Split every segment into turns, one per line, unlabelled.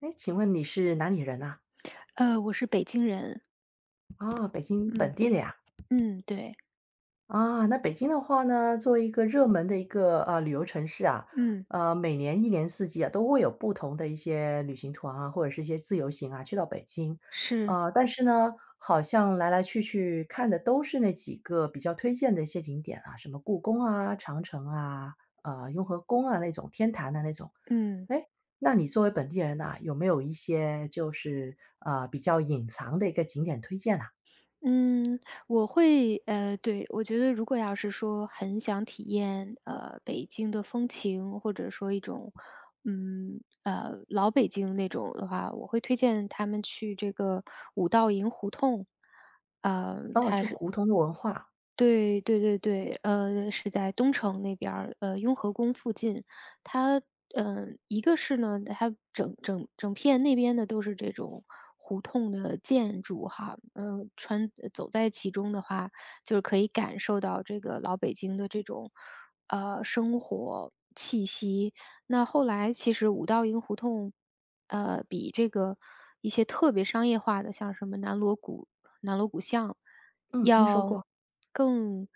哎，请问你是哪里人呐？
我是北京人。
啊，哦北京本
嗯。
地的呀。
嗯。对。
啊，那北京的话呢，作为一个热门的一个旅游城市啊，
嗯。
每年一年四季啊都会有不同的一些旅行团啊，或者是一些自由行啊，去到北京。
是。
但是呢，好像来来去去看的都是那几个比较推荐的一些景点啊，什么故宫啊、长城啊、雍和宫啊那种天坛的那种。
嗯。
哎，那你作为本地人呐，有没有一些就是，比较隐藏的一个景点推荐啊？
嗯。对，我觉得如果要是说很想体验，北京的风情，或者说一种，老北京那种的话，我会推荐他们去这个五道营胡同。呃
哦，就胡同的文化，
对对对对，是在东城那边儿，雍和宫附近。它，一个是呢，它整整片那边的都是这种胡同的建筑哈，穿走在其中的话，就是可以感受到这个老北京的这种，生活气息。那后来其实五道营胡同，比这个一些特别商业化的，像什么南锣鼓巷，
嗯，听说
要
过。
更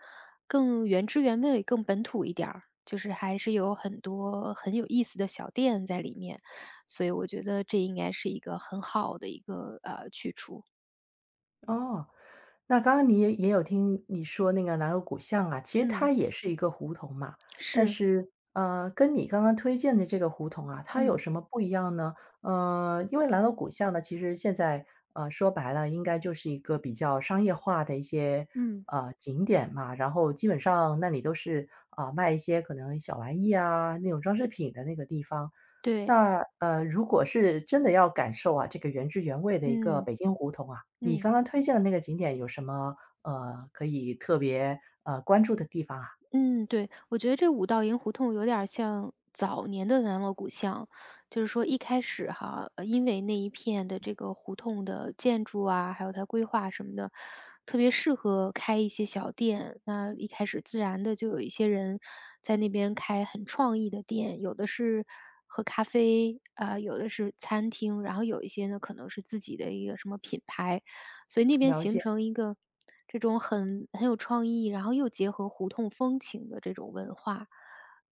更原汁原味、更本土一点儿，就是还是有很多很有意思的小店在里面，所以我觉得这应该是一个很好的一个去处。
哦，那刚刚你也有听你说那个南锣鼓巷啊，其实它
嗯。
也是一个胡同嘛，但
是。
是跟你刚刚推荐的这个胡同啊，它有
嗯
什么不一样呢？呃，因为南锣鼓巷呢，其实现在说白了，应该就是一个比较商业化的一些
嗯。
景点嘛，然后基本上那里都是啊、卖一些可能小玩意啊那种装饰品的那个地方。
对。
那，如果是真的要感受啊，这个原汁原味的一个
嗯
北京胡同啊，你
嗯。
刚刚推荐的那个景点有什么，可以特别，关注的地方啊？
嗯。对，我觉得这五道营胡同有点儿像早年的南锣鼓巷，就是说一开始哈，因为那一片的这个胡同的建筑啊，还有它规划什么的，特别适合开一些小店。那一开始自然的就有一些人在那边开很创意的店，有的是喝咖啡啊、有的是餐厅，然后有一些呢可能是自己的一个什么品牌，所以那边
了
形
解，
成一个这种很有创意，然后又结合胡同风情的这种文化。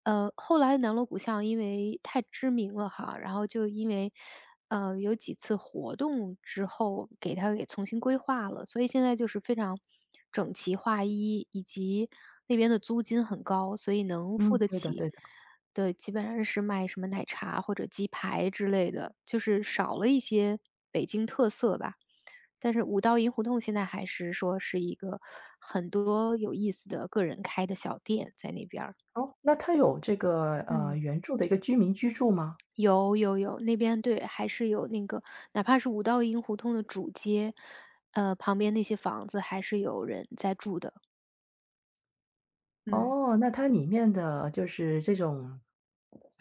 后来南锣鼓巷因为太知名了哈，然后就因为，有几次活动之后给它给重新规划了，所以现在就是非常整齐划一，以及那边的租金很高，所以能付
嗯，
得
对的
起
对的。
的基本上是卖什么奶茶或者鸡排之类的，就是少了一些北京特色吧。但是五道营胡同现在还是说是一个很多有意思的个人开的小店在那边儿。
哦，那它有这个，
嗯。
原住的一个居民居住吗？
有有有，那边对，还是有那个哪怕是五道营胡同的主街，旁边那些房子还是有人在住的。嗯。
哦，那它里面的就是这种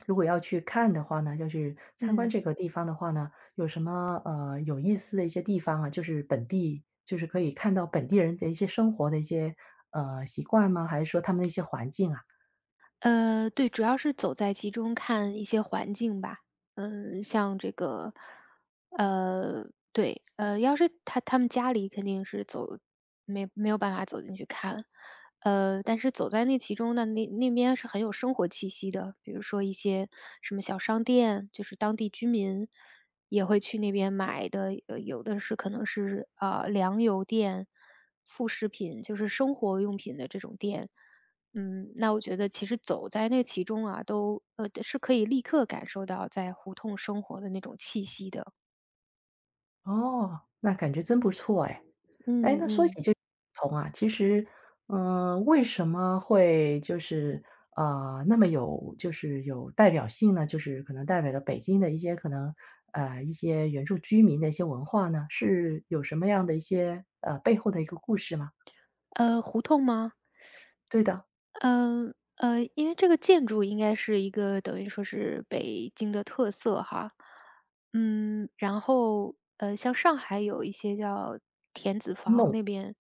如果要去看的话呢，就是参观
嗯。
这个地方的话呢，有什么，有意思的一些地方啊？就是本地就是可以看到本地人的一些生活的一些，习惯吗？还是说他们的一些环境啊？
对，主要是走在其中看一些环境吧。像这个，呃，对，要是他们家里肯定是走，没有办法走进去看，但是走在那其中呢，那边是很有生活气息的，比如说一些什么小商店，就是当地居民也会去那边买的，有的是可能是啊、粮油店、副食品，就是生活用品的这种店。那我觉得其实走在那其中啊，都是可以立刻感受到在胡同生活的那种气息的。
哦，那感觉真不错哎。哎，
嗯
那说
嗯。
起这不同啊，其实，嗯，为什么会就是那么有就是有代表性呢？就是可能代表了北京的一些可能一些原住居民的一些文化呢，是有什么样的一些背后的一个故事吗？
胡同吗？
对的，
因为这个建筑应该是一个等于说是北京的特色哈。然后，像上海有一些叫田子坊
弄，
那边，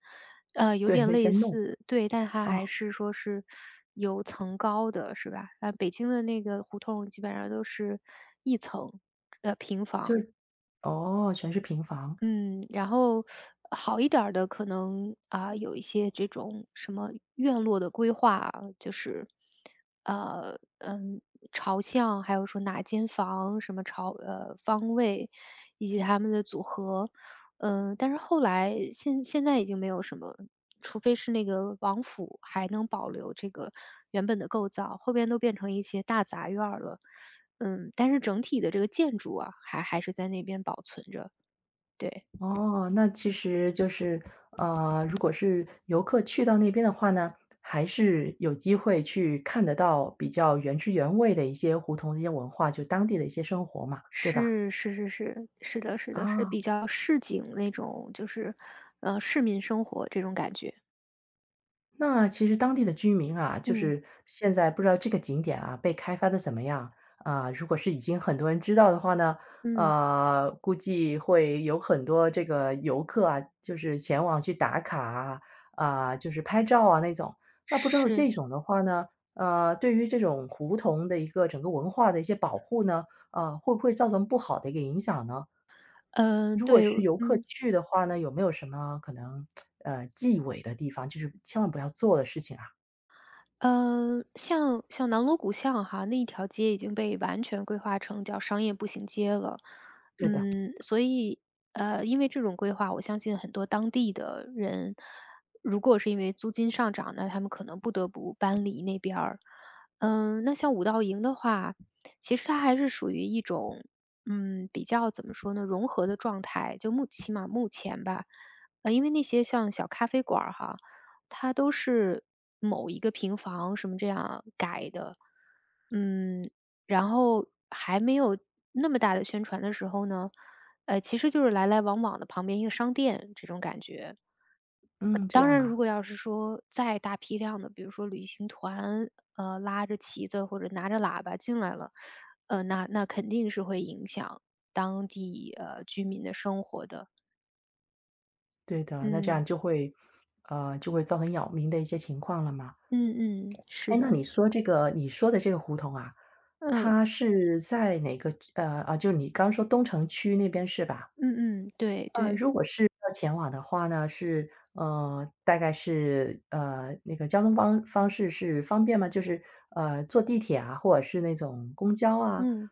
呃，有
对
点
那些
类
弄
似，对，但它
啊，
还是说是有层高的，是吧？啊，北京的那个胡同基本上都是一层，平
就
房。
是哦，全是平房。
嗯，然后好一点儿的可能啊，有一些这种什么院落的规划啊就是呃，嗯，朝向，还有说哪间房什么朝方位，以及它们的组合。但是后来现在已经没有什么，除非是那个王府还能保留这个原本的构造，后边都变成一些大杂院儿了。但是整体的这个建筑啊，还是在那边保存着，对。
哦，那其实就是，如果是游客去到那边的话呢，还是有机会去看得到比较原汁原味的一些胡同的一些文化，就当地的一些生活嘛，对吧？
是是是是，是的是的，是
啊。
比较市井那种，就是，市民生活这种感觉。
那其实当地的居民啊，就
嗯。
是现在不知道这个景点啊被开发的怎么样啊、如果是已经很多人知道的话呢，
嗯。
估计会有很多这个游客啊，就是前往去打卡啊，啊、就是拍照啊那种。那不知道
是。
这种的话呢，对于这种胡同的一个整个文化的一些保护呢，啊，会不会造成不好的一个影响呢？如果
对。
是游客
嗯。
去的话呢，有没有什么可能忌讳的地方，就是千万不要做的事情啊？
像南锣鼓巷哈，那一条街已经被完全规划成叫商业步行街了。
对的，
所以，因为这种规划，我相信很多当地的人，如果是因为租金上涨，那他们可能不得不搬离那边儿。那像五道营的话，其实它还是属于一种，比较怎么说呢，融合的状态，就起码目前吧。因为那些像小咖啡馆儿哈，它都是某一个平房什么这样改的。嗯，然后还没有那么大的宣传的时候呢，其实就是来来往往的旁边一个商店这种感觉。
嗯，这
当
样
然，如
啊，
果要是说再大批量的，比如说旅行团，拉着旗子或者拿着喇叭进来了，那肯定是会影响当地居民的生活的。
对的，那这
嗯
样就会，就会造成扰民的一些情况了嘛。
嗯嗯。是
哎，那
的。
你说这个，你说的这个胡同啊，
嗯
它是在哪个啊，就你刚说东城区那边是吧？
嗯嗯。对
呃，
对。
如果是要前往的话呢，是大概是那个交通方式是方便吗？就是坐地铁啊，或者是那种公交啊，
嗯。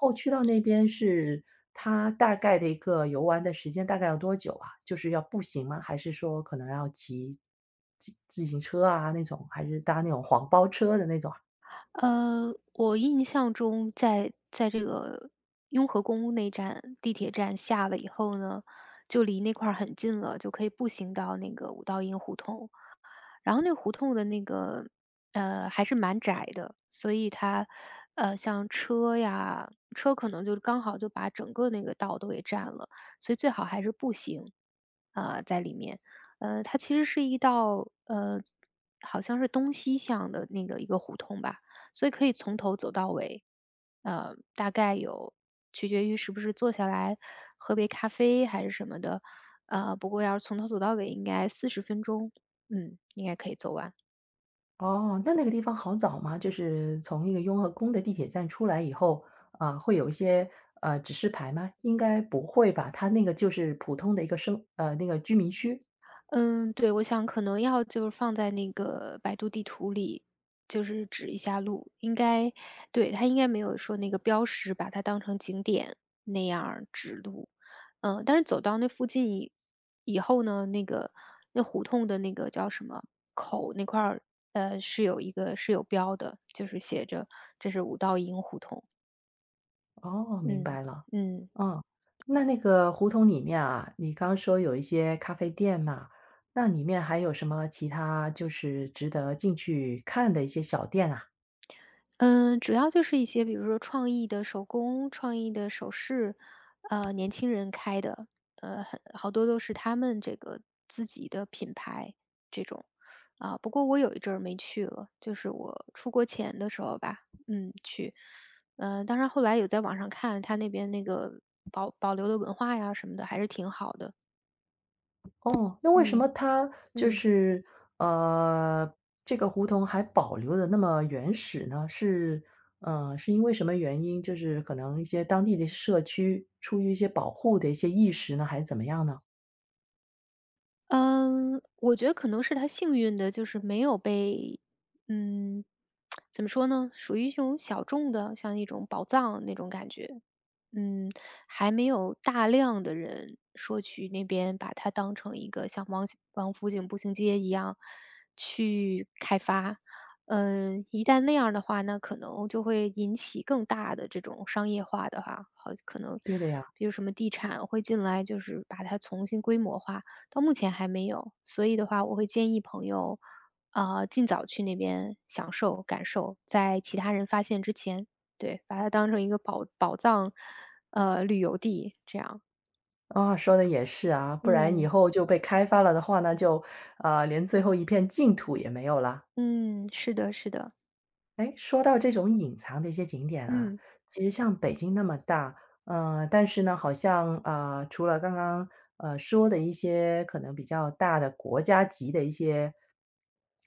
后去到那边是它大概的一个游玩的时间大概要多久啊？就是要步行吗？还是说可能要骑自行车啊那种，还是搭那种黄包车的那种啊？
我印象中在这个雍和宫那站地铁站下了以后呢，就离那块儿很近了，就可以步行到那个五道营胡同。然后那个胡同的那个，还是蛮窄的，所以它，像车呀，车可能就刚好就把整个那个道都给占了，所以最好还是步行，在里面。它其实是一道，好像是东西向的那个一个胡同吧，所以可以从头走到尾，大概有取决于是不是坐下来喝杯咖啡还是什么的，不过要是从头走到尾，应该40分钟。应该可以走完。
哦，那那个地方好找吗？就是从那个雍和宫的地铁站出来以后，啊，会有一些指示牌吗？应该不会吧？它那个就是普通的一个那个居民区。
嗯，对，我想可能要就是放在那个百度地图里，就是指一下路，应该对，它应该没有说那个标识把它当成景点那样儿指路。但是走到那附近以后呢，那个那胡同的那个叫什么口那块儿，是有一个是有标的，就是写着这是五道营胡同。
哦，明
嗯。
白了。
嗯。
哦，那那个胡同里面啊，你刚说有一些咖啡店嘛，那里面还有什么其他就是值得进去看的一些小店啊？
嗯，主要就是一些比如说创意的手工、创意的首饰，年轻人开的，好多都是他们这个自己的品牌这种，啊，不过我有一阵儿没去了，就是我出国前的时候吧，去，当然后来有在网上看他那边那个保留的文化呀什么的，还是挺好的。
哦，那为什
嗯
么它就
嗯。
是呃，这个胡同还保留的那么原始呢？是是因为什么原因？就是可能一些当地的社区出于一些保护的一些意识呢，还是怎么样呢？
嗯，我觉得可能是他幸运的，就是没有被嗯，怎么说呢，属于一种小众的，像一种宝藏那种感觉。嗯，还没有大量的人说去那边把它当成一个像王府井步行街一样去开发。一旦那样的话，那可能就会引起更大的这种商业化的话，好，可能
对的呀。
比如什么地产会进来，就是把它重新规模化。到目前还没有，所以的话，我会建议朋友，尽早去那边享受感受，在其他人发现之前。对，把它当成一个宝藏，旅游地这样。
啊，说的也是啊，不然以
嗯。
后就被开发了的话呢，就，连最后一片净土也没有了。
嗯。是的是的。
哎，说到这种隐藏的一些景点啊，
嗯。
其实像北京那么大，但是呢，好像，啊，除了刚刚，说的一些可能比较大的国家级的一些，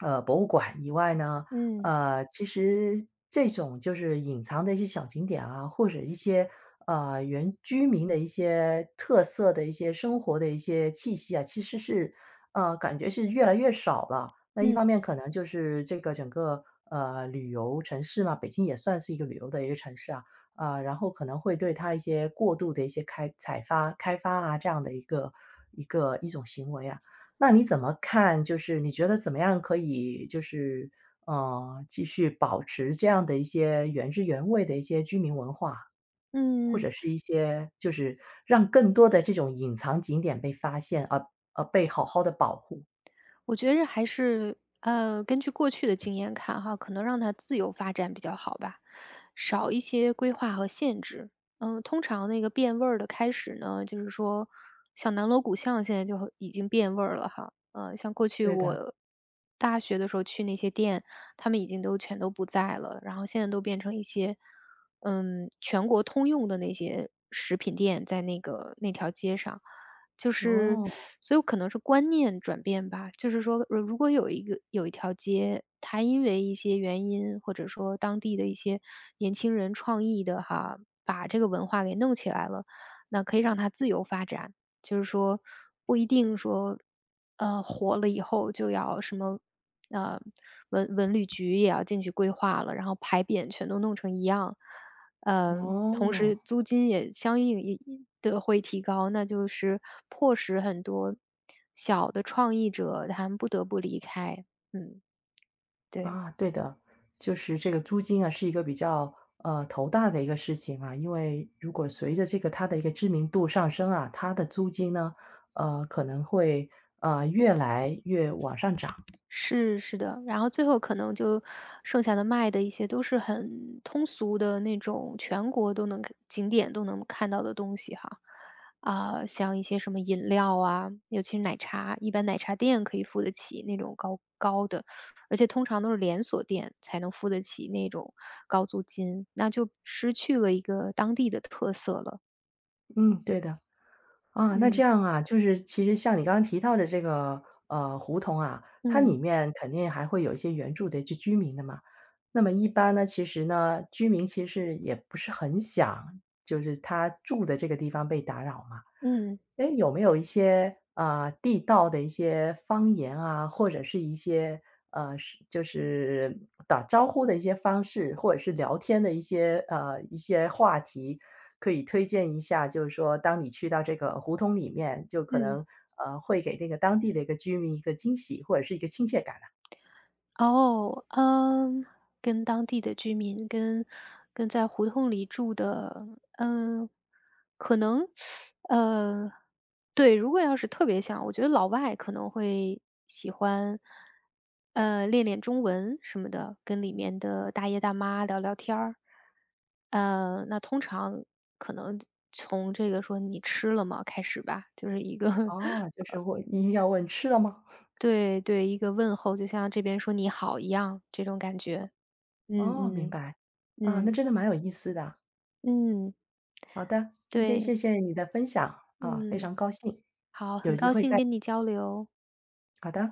博物馆以外呢，
嗯。
其实这种就是隐藏的一些小景点啊，或者一些原居民的一些特色的一些生活的一些气息啊，其实是感觉是越来越少了。那一
嗯。
方面可能就是这个整个旅游城市嘛，北京也算是一个旅游的一个城市啊，啊、然后可能会对它一些过度的一些开发啊这样的一个一种行为啊，那你怎么看？就是你觉得怎么样可以就是继续保持这样的一些原汁原味的一些居民文化，或
嗯嗯。
者是一些就是让更多的这种隐藏景点被发现，而被好好的保护。
我觉着还是，根据过去的经验看哈，可能让它自由发展比较好吧，少一些规划和限制。通常那个变味儿的开始呢，就是说，像南锣鼓巷现在就已经变味儿了哈。像过去
对的，
我大学的时候去那些店，他们已经都全都不在了，然后现在都变成一些，全国通用的那些食品店，在那个那条街上。就是，
哦，
所以可能是观念转变吧。就是说，如果有一条街，它因为一些原因，或者说当地的一些年轻人创意的哈，把这个文化给弄起来了，那可以让它自由发展。就是说，不一定说，火了以后就要什么，呃，文旅局也要进去规划了，然后牌匾全都弄成一样。呃，同
哦，
时租金也相应也的会提高，那就是迫使很多小的创意者他们不得不离开。嗯，对。
啊，对的，就是这个租金啊，是一个比较，头大的一个事情啊，因为如果随着这个它的一个知名度上升啊，它的租金呢，可能会，越来越往上涨。
是，是的，然后最后可能就剩下的卖的一些都是很通俗的那种，全国都能看景点都能看到的东西哈。啊，像一些什么饮料啊，尤其是奶茶，一般奶茶店可以付得起那种高高的，而且通常都是连锁店才能付得起那种高租金，那就失去了一个当地的特色了。
嗯，对的。啊，那这
嗯。
样啊，就是其实像你刚刚提到的这个胡同啊，它里
嗯。
面肯定还会有一些原住的就居民的嘛。那么一般呢，其实呢，居民其实也不是很想，就是他住的这个地方被打扰嘛。
嗯。
哎，有没有一些啊、地道的一些方言啊，或者是一些是就是打招呼的一些方式，或者是聊天的一些一些话题，可以推荐一下？就是说，当你去到这个胡同里面，就可
嗯。
能会给那个当地的一个居民一个惊喜，或者是一个亲切感啊。
哦，跟当地的居民，跟在胡同里住的，嗯，可能，呃，对，如果要是特别想，我觉得老外可能会喜欢，练练中文什么的，跟里面的大爷大妈聊聊天儿。那通常可能从这个说你吃了吗开始吧，就是一个
哦，就 是我一定要问吃了吗？
对对，一个问候，就像这边说你好一样，这种感觉。嗯
哦，明
嗯
白啊，那
嗯
真的蛮有意思的。
嗯。
好的，今天谢
对。
谢你的分享啊，非
嗯。
常高兴，
好，
有
很
机
高
会
兴
再。
跟你交流。
好的。